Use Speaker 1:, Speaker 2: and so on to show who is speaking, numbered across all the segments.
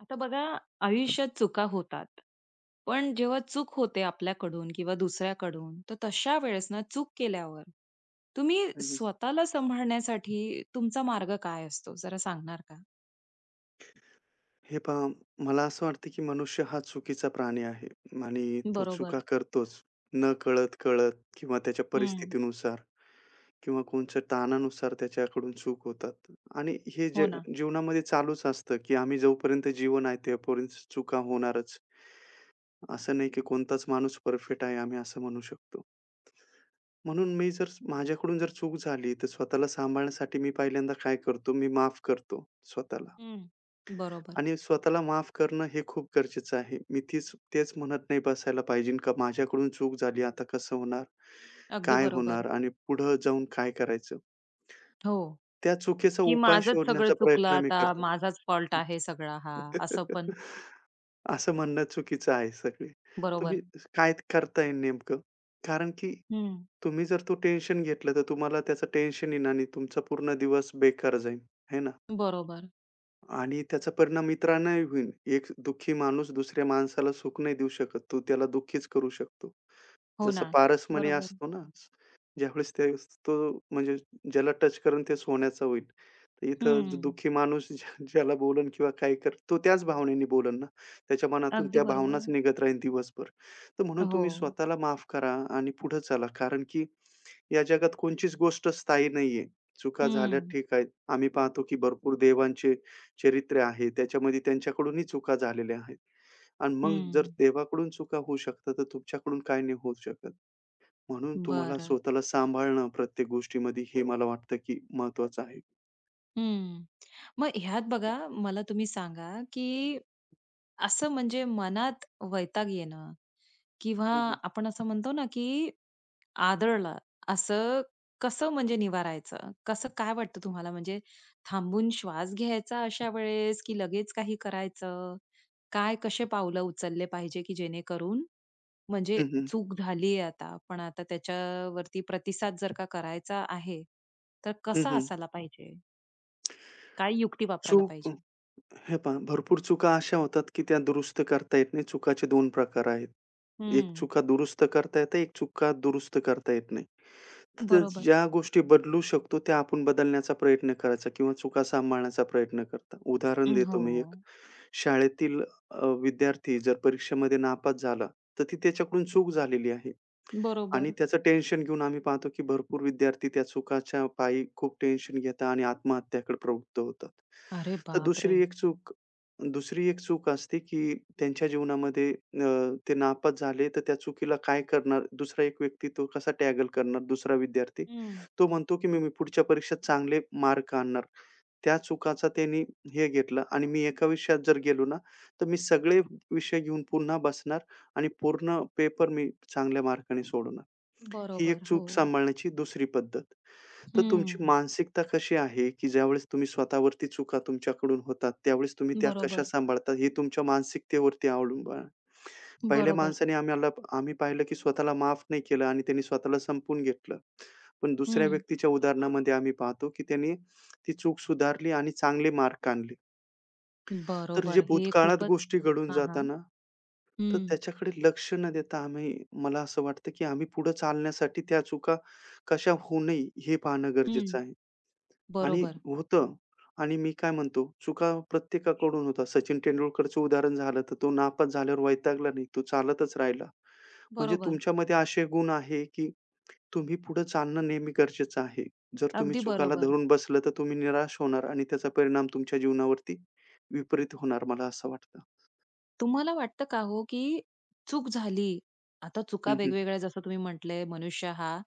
Speaker 1: आता बघा, आयुष्यात चुका होतात. पण जेव्हा चूक होते आपल्याकडून किंवा दुसऱ्याकडून, तर तशा वेळेस ना चूक केल्यावर तुम्ही
Speaker 2: हं.
Speaker 1: स्वतःला सांभाळण्यासाठी तुमचा मार्ग काय असतो जरा सांगणार का?
Speaker 2: हे पहा, मला असं वाटतं की मनुष्य हा चुकीचा प्राणी आहे आणि तो
Speaker 1: बरोबर.
Speaker 2: चुका करतोच. नकळत, कळत कळत किंवा त्याच्या
Speaker 1: हम्म.
Speaker 2: परिस्थितीनुसार किंवा कोणत्या ताणानुसार त्याच्याकडून चूक होतात आणि हे
Speaker 1: हो
Speaker 2: जे
Speaker 1: ना.
Speaker 2: जीवनामध्ये चालूच असतं की आम्ही जोपर्यंत जीवन आहे तोपर्यंत चुका होणारच. असं नाही की कोणताच माणूस परफेक्ट आहे आम्ही असं म्हणू शकतो. म्हणून मी जर माझ्याकडून जर चूक झाली तर स्वतःला सांभाळण्यासाठी मी पहिल्यांदा काय करतो, मी माफ करतो स्वतःला.
Speaker 1: हम्म. बरोबर.
Speaker 2: आणि स्वतःला माफ करणं हे खूप गरजेचं आहे. मी तेच म्हणत नाही बसायला पाहिजे का माझ्याकडून चूक झाली, आता कसं होणार?
Speaker 1: अगदी
Speaker 2: काय
Speaker 1: बरोबर.
Speaker 2: होणार? आणि पुढं जाऊन काय करायचं?
Speaker 1: हो.
Speaker 2: त्या चुकीचा
Speaker 1: की
Speaker 2: उपाय
Speaker 1: माझंच सगळं
Speaker 2: शोधण्याचा
Speaker 1: चुकलं,
Speaker 2: प्रयत्न मी
Speaker 1: आता
Speaker 2: करतो.
Speaker 1: माझाच फॉल्ट आहे सगळा हा असं पण.
Speaker 2: असं म्हणणं चुकीचं आहे सगळे. तुम्ही
Speaker 1: बरोबर.
Speaker 2: काय करता येईल नेमकं? कारण की
Speaker 1: हम्म.
Speaker 2: तुम्ही जर तो टेन्शन घेतलं, तर तुम्हाला त्याचं टेन्शन येईल आणि तुमचा पूर्ण दिवस बेकार जाईल. आहे ना?
Speaker 1: बरोबर.
Speaker 2: आणि त्याचा परिणाम इतरांनाही होईल. एक दुःखी माणूस दुसऱ्या माणसाला सुख नाही देऊ शकत. तो त्याला दुःखीच करू शकतो.
Speaker 1: हो
Speaker 2: जसं
Speaker 1: ना.
Speaker 2: पारसमणी
Speaker 1: बरोबर.
Speaker 2: असतो ना, ज्यावेळेस ते तो म्हणजे ज्याला टच करेल ते सोन्याचं होईल. तर इथं जो
Speaker 1: हम्म.
Speaker 2: दुःखी माणूस ज्या ज्याला बोलेल किंवा काय करेल, तो त्याच भावनेने बोलेल ना. त्याच्या मनातून
Speaker 1: अगदी
Speaker 2: त्या
Speaker 1: बरोबर.
Speaker 2: भावनाच निघत राहील दिवसभर. तर म्हणून
Speaker 1: हो.
Speaker 2: तुम्ही स्वतःला माफ करा आणि पुढे चला. कारण की या जगात कोणचीच गोष्ट स्थायी नाहीये. चुका झाल्या
Speaker 1: हम्म.
Speaker 2: ठीक आहेत. आम्ही पाहतो की भरपूर देवांचे चरित्र आहे. त्याच्यामध्ये त्यांच्याकडूनही चुका झालेल्या आहेत. आणि मग जर
Speaker 1: हं,
Speaker 2: देवाकडून चुका होऊ शकतात, तर तुमच्याकडून काय नाही होऊ शकत. म्हणून तुम्हाला
Speaker 1: बरं.
Speaker 2: स्वतःला सांभाळणं प्रत्येक गोष्टीमध्ये हे मला वाटतं, की महत्त्वाचं आहे.
Speaker 1: हं. मग ह्यात बघा, मला तुम्ही सांगा, की असं म्हणजे मनात वैताग येणं किंवा
Speaker 2: हं, हं.
Speaker 1: आपण असं म्हणतो ना, की आदळला, असं कसं म्हणजे निवारायचं? कसं काय वाटतं तुम्हाला? म्हणजे थांबून श्वास घ्यायचा अशा वेळेस, की लगेच काही करायचं? काय कसे पावलं उचलले पाहिजे, की जेणेकरून म्हणजे
Speaker 2: हं, हं.
Speaker 1: चूक झाली आहे आता, पण आता त्याच्यावरती प्रतिसाद जर का करायचा आहे, तर
Speaker 2: हं,
Speaker 1: कसा
Speaker 2: हं.
Speaker 1: असायला पाहिजे? काय युक्ती वापरायला
Speaker 2: चूक
Speaker 1: पाहिजे.
Speaker 2: हे पहा भरपूर चुका अशा होतात, की त्या दुरुस्त करता येत नाही. चुकाचे 2 प्रकार आहेत. एक
Speaker 1: हं.
Speaker 2: चुका दुरुस्त करता येते, एक चुका दुरुस्त करता येत नाही. तर
Speaker 1: बरोबर.
Speaker 2: ज्या गोष्टी बदलू शकतो त्या आपण बदलण्याचा प्रयत्न करायचा किंवा चुका सांभाळण्याचा प्रयत्न करता. उदाहरण
Speaker 1: हो.
Speaker 2: देतो मी एक. शाळेतील विद्यार्थी जर परीक्षेमध्ये नापास झाला, तर ती त्याच्याकडून चूक झालेली आहे. आणि
Speaker 1: बरोबर.
Speaker 2: त्याचं टेन्शन घेऊन आम्ही पाहतो, की भरपूर विद्यार्थी त्या चुकाच्या पायी खूप टेन्शन घेतात आणि आत्महत्याकडे प्रवृत्त होतात.
Speaker 1: अरे
Speaker 2: तर
Speaker 1: बापरे!
Speaker 2: दुसरी एक चूक असते, की त्यांच्या जीवनामध्ये ते नापास झाले, तर त्या चुकीला काय करणार? दुसरा एक व्यक्ती तो कसा टॅगल करणार दुसरा विद्यार्थी?
Speaker 1: हं.
Speaker 2: तो म्हणतो, की "मी मी पुढच्या परीक्षेत चांगले मार्क आणणार." त्या चुकाचा त्यांनी हे घेतलं आणि मी एका विषयात जर गेलो ना, तर मी सगळे विषय घेऊन पुन्हा बसणार आणि पूर्ण पेपर मी चांगल्या मार्काने सोडवणार. ही एक
Speaker 1: बरोबर. हो.
Speaker 2: चूक सांभाळण्याची दुसरी पद्धत. तर तुमची
Speaker 1: हं.
Speaker 2: मानसिकता कशी आहे, की ज्यावेळेस तुम्ही स्वतःवरती चुका तुमच्याकडून होतात, त्यावेळेस तुम्ही त्या कशा
Speaker 1: बरोबर,
Speaker 2: सांभाळता हे तुमच्या मानसिकतेवरती अवलंबून पहिल्या
Speaker 1: बरोबर.
Speaker 2: माणसाने आम्हाला आम्ही पाहिलं की स्वतःला माफ नाही केलं आणि त्यांनी स्वतःला संपवून घेतलं. पण दुसऱ्या
Speaker 1: हं.
Speaker 2: व्यक्तीच्या उदाहरणामध्ये आम्ही पाहतो की त्याने ती चूक सुधारली आणि चांगले मार्क आणले. तर जे
Speaker 1: बरोबर. हे
Speaker 2: भूतकाळात
Speaker 1: खूपच
Speaker 2: गोष्टी घडून
Speaker 1: हां, हां.
Speaker 2: जातात ना, तर
Speaker 1: हं,
Speaker 2: त्याच्याकडे लक्ष न देता आम्ही मला असं वाटतं की आम्ही पुढे चालण्यासाठी त्या चुका कशा होऊ नये हे पाहणं
Speaker 1: हं.
Speaker 2: गरजेचं आहे. आणि
Speaker 1: बरोबर,
Speaker 2: होतं आणि मी काय म्हणतो, चुका प्रत्येकाकडून होता, सचिन तेंडुलकरचं उदाहरण झालं, तर तो नापास झाल्यावर वैतागला नाही, तो चालतच राहिला. म्हणजे
Speaker 1: बरोबर.
Speaker 2: तुमच्यामध्ये असे गुण आहे, की तुम्ही पुढे चालणं नेहमी गरजेचं आहे. जर तुम्ही
Speaker 1: अगदी
Speaker 2: चुकाला
Speaker 1: बरोबर.
Speaker 2: धरून बसलं, तर तुम्ही निराश होणार आणि त्याचा परिणाम तुमच्या जीवनावरती विपरीत होणार, मला असं वाटतं.
Speaker 1: तुम्हाला वाटतं का हो, की चूक झाली, आता चुका
Speaker 2: हं, हं.
Speaker 1: वेगवेगळ्या जसं तुम्ही म्हटलंय मनुष्य हा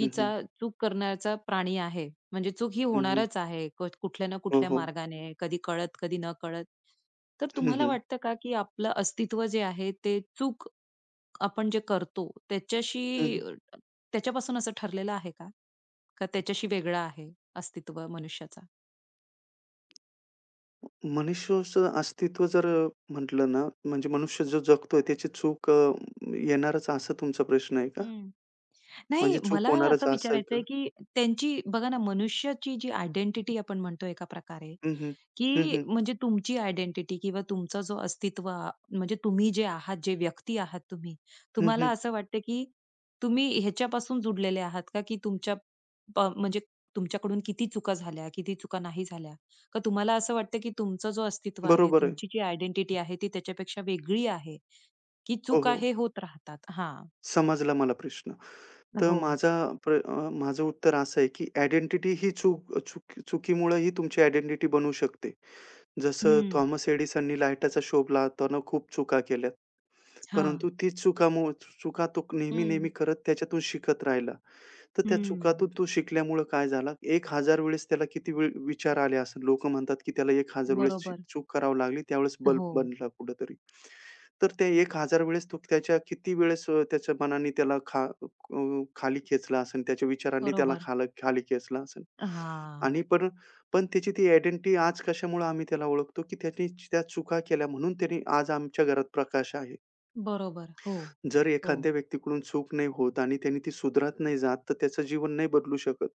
Speaker 2: हं, हं.
Speaker 1: चूक करण्याचा प्राणी आहे. म्हणजे चूक ही
Speaker 2: हं, हं.
Speaker 1: होणारच आहे कुठल्या ना
Speaker 2: हो,
Speaker 1: कुठल्या
Speaker 2: हो.
Speaker 1: मार्गाने, कधी कळत, कधी न कळत. तर
Speaker 2: हं,
Speaker 1: तुम्हाला
Speaker 2: हं.
Speaker 1: वाटतं का, की आपलं अस्तित्व जे आहे ते चूक आपण जे करतो
Speaker 2: हं,
Speaker 1: त्याच्याशी
Speaker 2: हं.
Speaker 1: त्याच्यापासून असं ठरलेलं आहे का? का त्याच्याशी वेगळं आहे अस्तित्व मनुष्याचा?
Speaker 2: मनुष्याचं अस्तित्व जर म्हटलं ना, म्हणजे मनुष्य जो जगतोय त्याची चूक येणारच असा तुमचा प्रश्न आहे का? म्हणजे
Speaker 1: नाही,
Speaker 2: चूक
Speaker 1: मला
Speaker 2: होणारच
Speaker 1: असं
Speaker 2: असं आहे
Speaker 1: विचारायचंय,
Speaker 2: का?
Speaker 1: की त्यांची बघा ना, मनुष्याची जी आयडेंटिटी आपण म्हणतो एका प्रकारे,
Speaker 2: हं, हं. हं,
Speaker 1: की
Speaker 2: हं.
Speaker 1: म्हणजे तुमची आयडेंटिटी किंवा तुमचा जो अस्तित्व म्हणजे तुम्ही जे आहात, जे व्यक्ती आहात तुम्ही,
Speaker 2: हं,
Speaker 1: तुम्हाला
Speaker 2: हं.
Speaker 1: असं वाटतं, की तुम्ही ह्याच्यापासून जुडलेले आहात का, की तुमच्या म्हणजे तुमच्याकडून किती चुका झाल्या, किती चुका नाही झाल्या? का तुम्हाला असं वाटतं, की तुमचं जो अस्तित्व आहे,
Speaker 2: बरोबर आहे.
Speaker 1: तुमची जी आयडेंटिटी आहे, ती त्याच्यापेक्षा वेगळी आहे, की
Speaker 2: हो,
Speaker 1: चुका
Speaker 2: हो.
Speaker 1: हे होत राहतात? हां.
Speaker 2: समजला मला प्रश्न. तर
Speaker 1: हो.
Speaker 2: माझा माझं उत्तर असं आहे, की आयडेंटिटी ही चूक चुकी चुकीमुळे ही तुमची आयडेंटिटी बनू शकते. जसं
Speaker 1: हं.
Speaker 2: थॉमस एडिसननी लाईटाचा शोध लावताना खूप चुका केल्या.
Speaker 1: हां.
Speaker 2: परंतु तीच चुकामुळे चुका तो
Speaker 1: हं,
Speaker 2: नेहमी-नेहमी करत त्याच्यातून शिकत राहिला. तर त्या
Speaker 1: हं.
Speaker 2: चुकातून तो शिकल्यामुळं काय झालं, 1000 वेळेस त्याला किती वेळ विचार आले असेल. लोकं म्हणतात, की त्याला 1000 वेळेस ची
Speaker 1: बरोबर.
Speaker 2: चूक करावी लागली, त्यावेळेस बल्ब
Speaker 1: हो,
Speaker 2: बनला कुठेतरी. तर त्या 1000 वेळेस तो त्याच्या किती वेळेस त्याच्या मनाने त्याला खाली खेचला असेल, त्याच्या विचारांनी त्याला
Speaker 1: बरोबर.
Speaker 2: खाला खाली खेचला असेल. आणि
Speaker 1: हां,
Speaker 2: पण पण त्याची ती आयडेंटिटी आज कशामुळे आम्ही त्याला ओळखतो, की त्याने त्या चुका केल्या म्हणून त्याने आज आमच्या घरात प्रकाश आहे.
Speaker 1: बरोबर. हो,
Speaker 2: जर
Speaker 1: हो,
Speaker 2: एखाद्या व्यक्तीकडून चूक नाही होत आणि त्याने ती सुधारत नाही जात, तर त्याचं जीवन नाही बदलू शकत.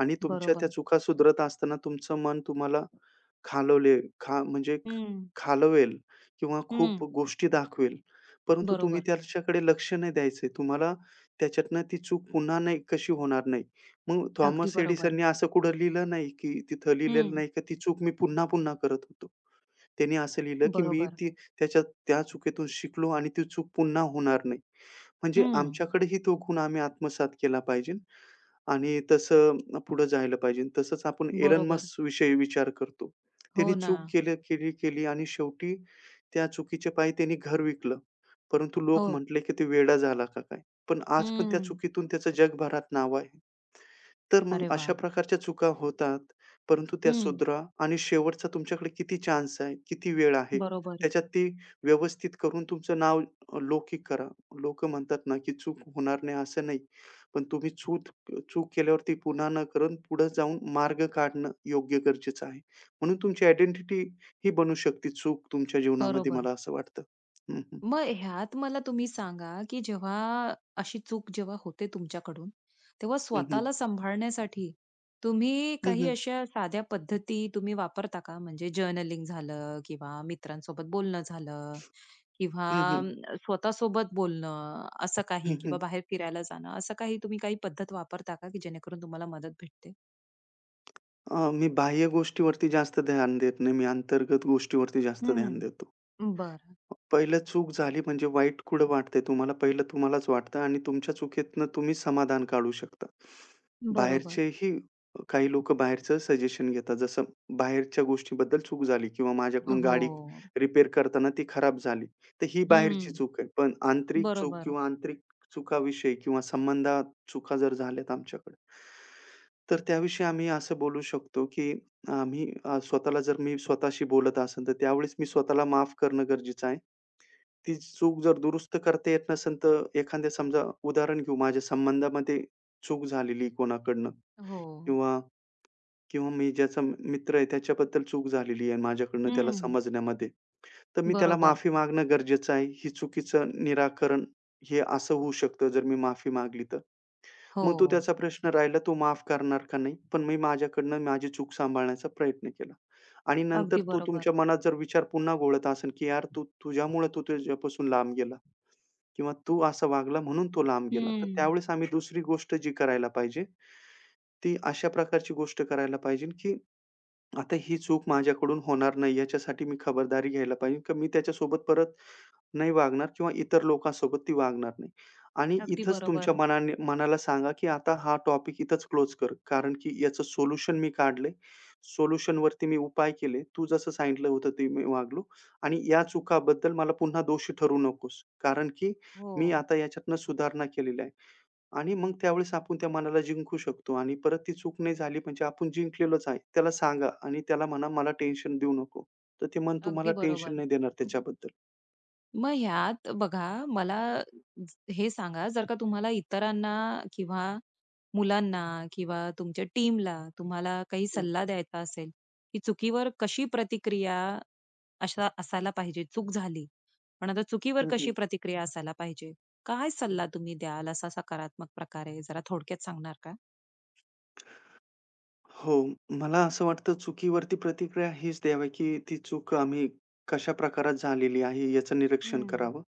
Speaker 2: आणि तुमच्या
Speaker 1: बरोबर.
Speaker 2: त्या चुका सुधारत असताना तुमचं मन तुम्हाला खालवले खा म्हणजे ख
Speaker 1: हं,
Speaker 2: खालवेल किंवा खूप
Speaker 1: हं.
Speaker 2: गोष्टी दाखवेल. परंतु तुम्ही
Speaker 1: बरोबर.
Speaker 2: त्याच्याकडे लक्ष नाही द्यायचंय. तुम्हाला त्याच्यातनं ती चूक पुन्हा नाही कशी होणार नाही. मग
Speaker 1: अगदी
Speaker 2: थॉमस
Speaker 1: बरोबर.
Speaker 2: एडिसननी असं कुठं लिहिलं नाही, की तिथं लिहिलेलं
Speaker 1: हं,
Speaker 2: नाही, की ती चूक मी पुन्हा-पुन्हा करत होतो. त्याने असं लिहिलं, की मी
Speaker 1: बरोबर.
Speaker 2: ती त्याच्या त्या चुकीतून शिकलो आणि ती चूक पुन्हा होणार नाही. म्हणजे
Speaker 1: हं,
Speaker 2: आमच्याकडेही तो गुण आम्ही आत्मसात केला पाहिजे आणि तसं पुढे जायला पाहिजे. तसंच आपण एलन
Speaker 1: बरोबर.
Speaker 2: मस्क विषयी विचार करतो. त्यांनी
Speaker 1: हो ना.
Speaker 2: चूक केली, केली, केली आणि शेवटी त्या चुकीच्या पायी त्यांनी घर विकलं. परंतु लोक
Speaker 1: हो.
Speaker 2: म्हटले, की "तो वेडा झाला का काय?" पण आज पण त्या
Speaker 1: हं.
Speaker 2: चुकीतून त्याचं जगभरात नाव आहे. तर मग
Speaker 1: अरे
Speaker 2: अशा
Speaker 1: वाह!
Speaker 2: प्रकारच्या चुका होतात, परंतु त्या
Speaker 1: हं.
Speaker 2: सुधरा आणि शेवटचा तुमच्याकडे किती चान्स आहे, किती वेळ आहे.
Speaker 1: बरोबर,
Speaker 2: त्याच्यात ती व्यवस्थित करून तुमचं नाव लौकिक करा. लोकं म्हणतात ना, की चूक होणार नाही असं नाही. पण तुम्ही चूक चूक केल्यावरती पुन्हा न करून पुढे जाऊन मार्ग काढणं योग्य गरजेचं आहे. म्हणून तुमची आयडेंटिटी ही बनू शकते चूक तुमच्या जीवनामध्ये
Speaker 1: बरोबर.
Speaker 2: मला असं वाटतं. हं, हं.
Speaker 1: मग ह्यात मला तुम्ही सांगा, की जेव्हा अशी चूक जेव्हा होते तुमच्याकडून, तेव्हा
Speaker 2: हं, हं.
Speaker 1: स्वतःला सांभाळण्यासाठी तुम्ही
Speaker 2: हं,
Speaker 1: काही
Speaker 2: हं.
Speaker 1: अशा साध्या पद्धती तुम्ही वापरता का? म्हणजे जर्नलिंग झालं किंवा मित्रांसोबत बोलणं झालं किंवा
Speaker 2: हं, हं.
Speaker 1: अम, स्वतःसोबत बोलणं असं काही किंवा बाहेर फिरायला जाणं, असं काही तुम्ही काही पद्धत वापरता का, की जेणेकरून तुम्हाला मदत भेटते?
Speaker 2: मी बाह्य गोष्टीवरती जास्त ध्यान देत नाही. मी अंतर्गत गोष्टीवरती जास्त
Speaker 1: हं,
Speaker 2: ध्यान देतो.
Speaker 1: बरं.
Speaker 2: पहिलं चूक झाली म्हणजे वाईट कुठं वाटतंय तुम्हाला, पहिलं तुम्हालाच वाटतं आणि तुमच्या चुकीतनं तुम्ही समाधान काढू शकता.
Speaker 1: बरोबर.
Speaker 2: बाहेरचेही काही लोकं बाहेरचं सजेशन घेतात. जसं बाहेरच्या गोष्टीबद्दल चूक झाली किंवा माझ्याकडून
Speaker 1: हो.
Speaker 2: गाडी रिपेअर करताना ती खराब झाली. तर ही बाहेरची
Speaker 1: हं,
Speaker 2: चूक आहे. पण आंतरिक चूक
Speaker 1: बरोबर.
Speaker 2: किंवा आंतरिक चुकाविषयी किंवा संबंधात चुका जर झाल्यात आमच्याकडे, तर त्याविषयी आम्ही असं बोलू शकतो, की आम्ही स्वतःला जर मी स्वतःशी बोलत असेन, तर त्यावेळेस मी स्वतःला माफ करणं गरजेचं आहे. ती चूक जर दुरुस्त करता येत नसेल, तर एखाद्या समजा उदाहरण घेऊ, माझ्या संबंधामध्ये चूक झालेली कोणाकडनं
Speaker 1: हो.
Speaker 2: किंवा किंवा मी ज्याचा मित्र आहे त्याच्याबद्दल चूक झालेली आहे माझ्याकडनं त्याला
Speaker 1: हं,
Speaker 2: समजण्यामध्ये. तर मी त्याला
Speaker 1: बरोबर.
Speaker 2: माफी मागणं गरजेचं आहे. ही चुकीचं निराकरण हे असं होऊ शकतं जर मी माफी मागली तर.
Speaker 1: हो,
Speaker 2: मग तो त्याचा प्रश्न राहिला तो माफ करणार का नाही? पण मी माझ्याकडनं माझी चूक सांभाळण्याचा प्रयत्न केला. आणि नंतर
Speaker 1: अगदी
Speaker 2: तो
Speaker 1: बरोबर.
Speaker 2: तुमच्या मनात जर विचार पुन्हा घोळत असेल, की "यार, तू तुझ्यापासून लांब गेला." किंवा तू असा वागला म्हणून तो लांब गेला. तर
Speaker 1: हं,
Speaker 2: त्यावेळेस आम्ही दुसरी गोष्ट जी करायला पाहिजे, ती अशा प्रकारची गोष्ट करायला पाहिजे, की आता ही चूक माझ्याकडून होणार नाही याच्यासाठी मी खबरदारी घ्यायला पाहिजे, की मी त्याच्यासोबत परत नाही वागणार किंवा इतर लोकांसोबत ती वागणार नाही. आणि
Speaker 1: अगदी
Speaker 2: इथंच तुमच्या
Speaker 1: बरोबर.
Speaker 2: मनाने मनाला सांगा, की आता हा टॉपिक इथंच क्लोज कर. कारण की याचं सोल्युशन मी काढलंय. सोल्युशनवरती मी उपाय केले. तू जसं सांगितलं होतं ते मी वागलो आणि या चुकाबद्दल मला पुन्हा दोषी ठरवू नकोस. कारण की
Speaker 1: हो,
Speaker 2: मी आता याच्यातनं सुधारणा केलेली आहे. आणि मग त्यावेळेस आपण त्या मनाला जिंकू शकतो आणि परत ती चूक नाही झाली म्हणजे आपण जिंकलेलोच आहे. त्याला सांगा आणि त्याला म्हणा, "मला टेन्शन देऊ नको." तर ते मन तुम्हाला
Speaker 1: अगदी
Speaker 2: टेन्शन
Speaker 1: बरोबर.
Speaker 2: नाही देणार त्याच्याबद्दल.
Speaker 1: मग ह्यात बघा, मला हे सांगा, जर का तुम्हाला इतरांना किंवा मुलांना किंवा तुमच्या टीमला तुम्हाला काही
Speaker 2: हं,
Speaker 1: सल्ला द्यायचा असेल, की चुकीवर कशी प्रतिक्रिया अशा असायला पाहिजे? चूक झाली, पण आता चुकीवर
Speaker 2: हं,
Speaker 1: कशी
Speaker 2: हं.
Speaker 1: प्रतिक्रिया असायला पाहिजे? काय सल्ला तुम्ही द्याल असा सकारात्मक प्रकारे? जरा थोडक्यात सांगणार का?
Speaker 2: हो, मला असं वाटतं चुकीवरती प्रतिक्रिया हीच द्यावी, की ती चूक आम्ही कशा प्रकारात झालेली आहे याचं निरीक्षण
Speaker 1: हं.
Speaker 2: करावं.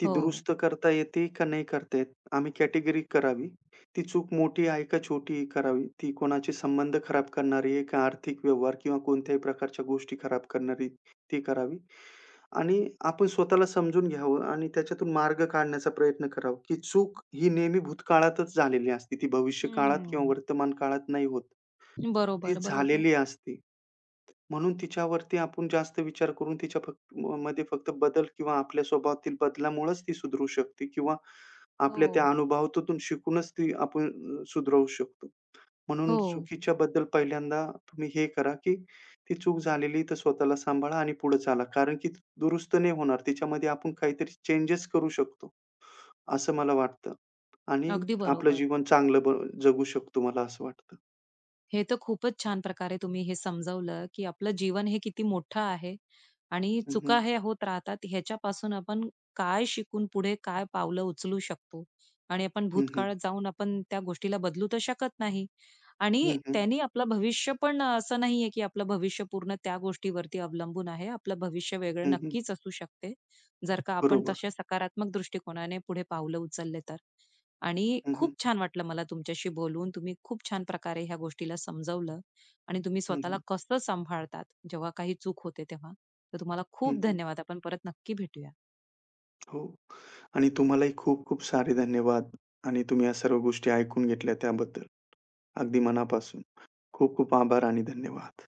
Speaker 2: ती
Speaker 1: हो.
Speaker 2: दुरुस्त करता येते का नाही करता येत? आम्ही कॅटेगरी करावी. ती चूक मोठी आहे का छोटी करावी? ती कोणाचे संबंध खराब करणारी आहे का आर्थिक व्यवहार किंवा कोणत्याही प्रकारच्या गोष्टी खराब करणारी ती करावी. आणि आपण स्वतःला समजून घ्यावं आणि त्याच्यातून मार्ग काढण्याचा प्रयत्न करावा, की चूक ही नेहमी भूतकाळातच झालेली असते. ती भविष्यकाळात किंवा
Speaker 1: हं.
Speaker 2: वर्तमान काळात नाही होत. ती
Speaker 1: बरोबर, बरोबर.
Speaker 2: झालेली असते. म्हणून तिच्यावरती आपण जास्त विचार करून तिच्या फक्त मध्ये फक्त बदल किंवा आपल्या स्वभावातील बदलामुळेच ती सुधरू शकते किंवा आपल्या त्या
Speaker 1: हो,
Speaker 2: अनुभवातून शिकूनच ती आपण सुधरवू शकतो. म्हणून
Speaker 1: हो.
Speaker 2: चुकीच्या बद्दल पहिल्यांदा तुम्ही हे करा, की ती चूक झालेली तर स्वतःला सांभाळा आणि पुढे चाला. कारण की दुरुस्त नाही होणार. तिच्यामध्ये आपण काहीतरी चेंजेस करू शकतो, असं मला वाटतं आणि
Speaker 1: अगदी
Speaker 2: आपलं
Speaker 1: बरोबर.
Speaker 2: जीवन चांगलं जगू शकतो मला असं वाटतं.
Speaker 1: हे तर खूपच छान प्रकारे तुम्ही हे समजावलं, की आपलं जीवन हे किती मोठं आहे आणि
Speaker 2: हं, हं.
Speaker 1: चुका हे होत राहतात. ह्याच्यापासून आपण काय शिकून पुढे काय पावलं उचलू शकतो आणि आपण
Speaker 2: हं, हं.
Speaker 1: भूतकाळात जाऊन आपण त्या गोष्टीला बदलू तर शकत नाही आणि
Speaker 2: हं, हं.
Speaker 1: त्यानी आपलं भविष्य पण असं नाहीये, की आपलं भविष्य पूर्ण त्या गोष्टीवरती अवलंबून आहे. आपलं भविष्य वेगळं नक्कीच असू शकते, जर का आपण
Speaker 2: बरोबर.
Speaker 1: तशा सकारात्मक दृष्टिकोनाने पुढे पावलं उचलले तर. आणि
Speaker 2: हं, हं.
Speaker 1: खूप छान वाटलं मला तुमच्याशी बोलून. तुम्ही खूप छान प्रकारे ह्या गोष्टीला समजावलं आणि तुम्ही
Speaker 2: हं,
Speaker 1: स्वतःला
Speaker 2: हं.
Speaker 1: कसं सांभाळतात जेव्हा काही चूक होते तेव्हा. तर तुम्हाला
Speaker 2: हं,
Speaker 1: खूप
Speaker 2: हं.
Speaker 1: धन्यवाद. आपण परत नक्की भेटूया.
Speaker 2: हो. आणि तुम्हालाही खूप-खूप सारे धन्यवाद आणि तुम्ही या सर्व गोष्टी ऐकून घेतल्या त्याबद्दल. अगदी मनापासून. खूप-खूप आभार आणि धन्यवाद.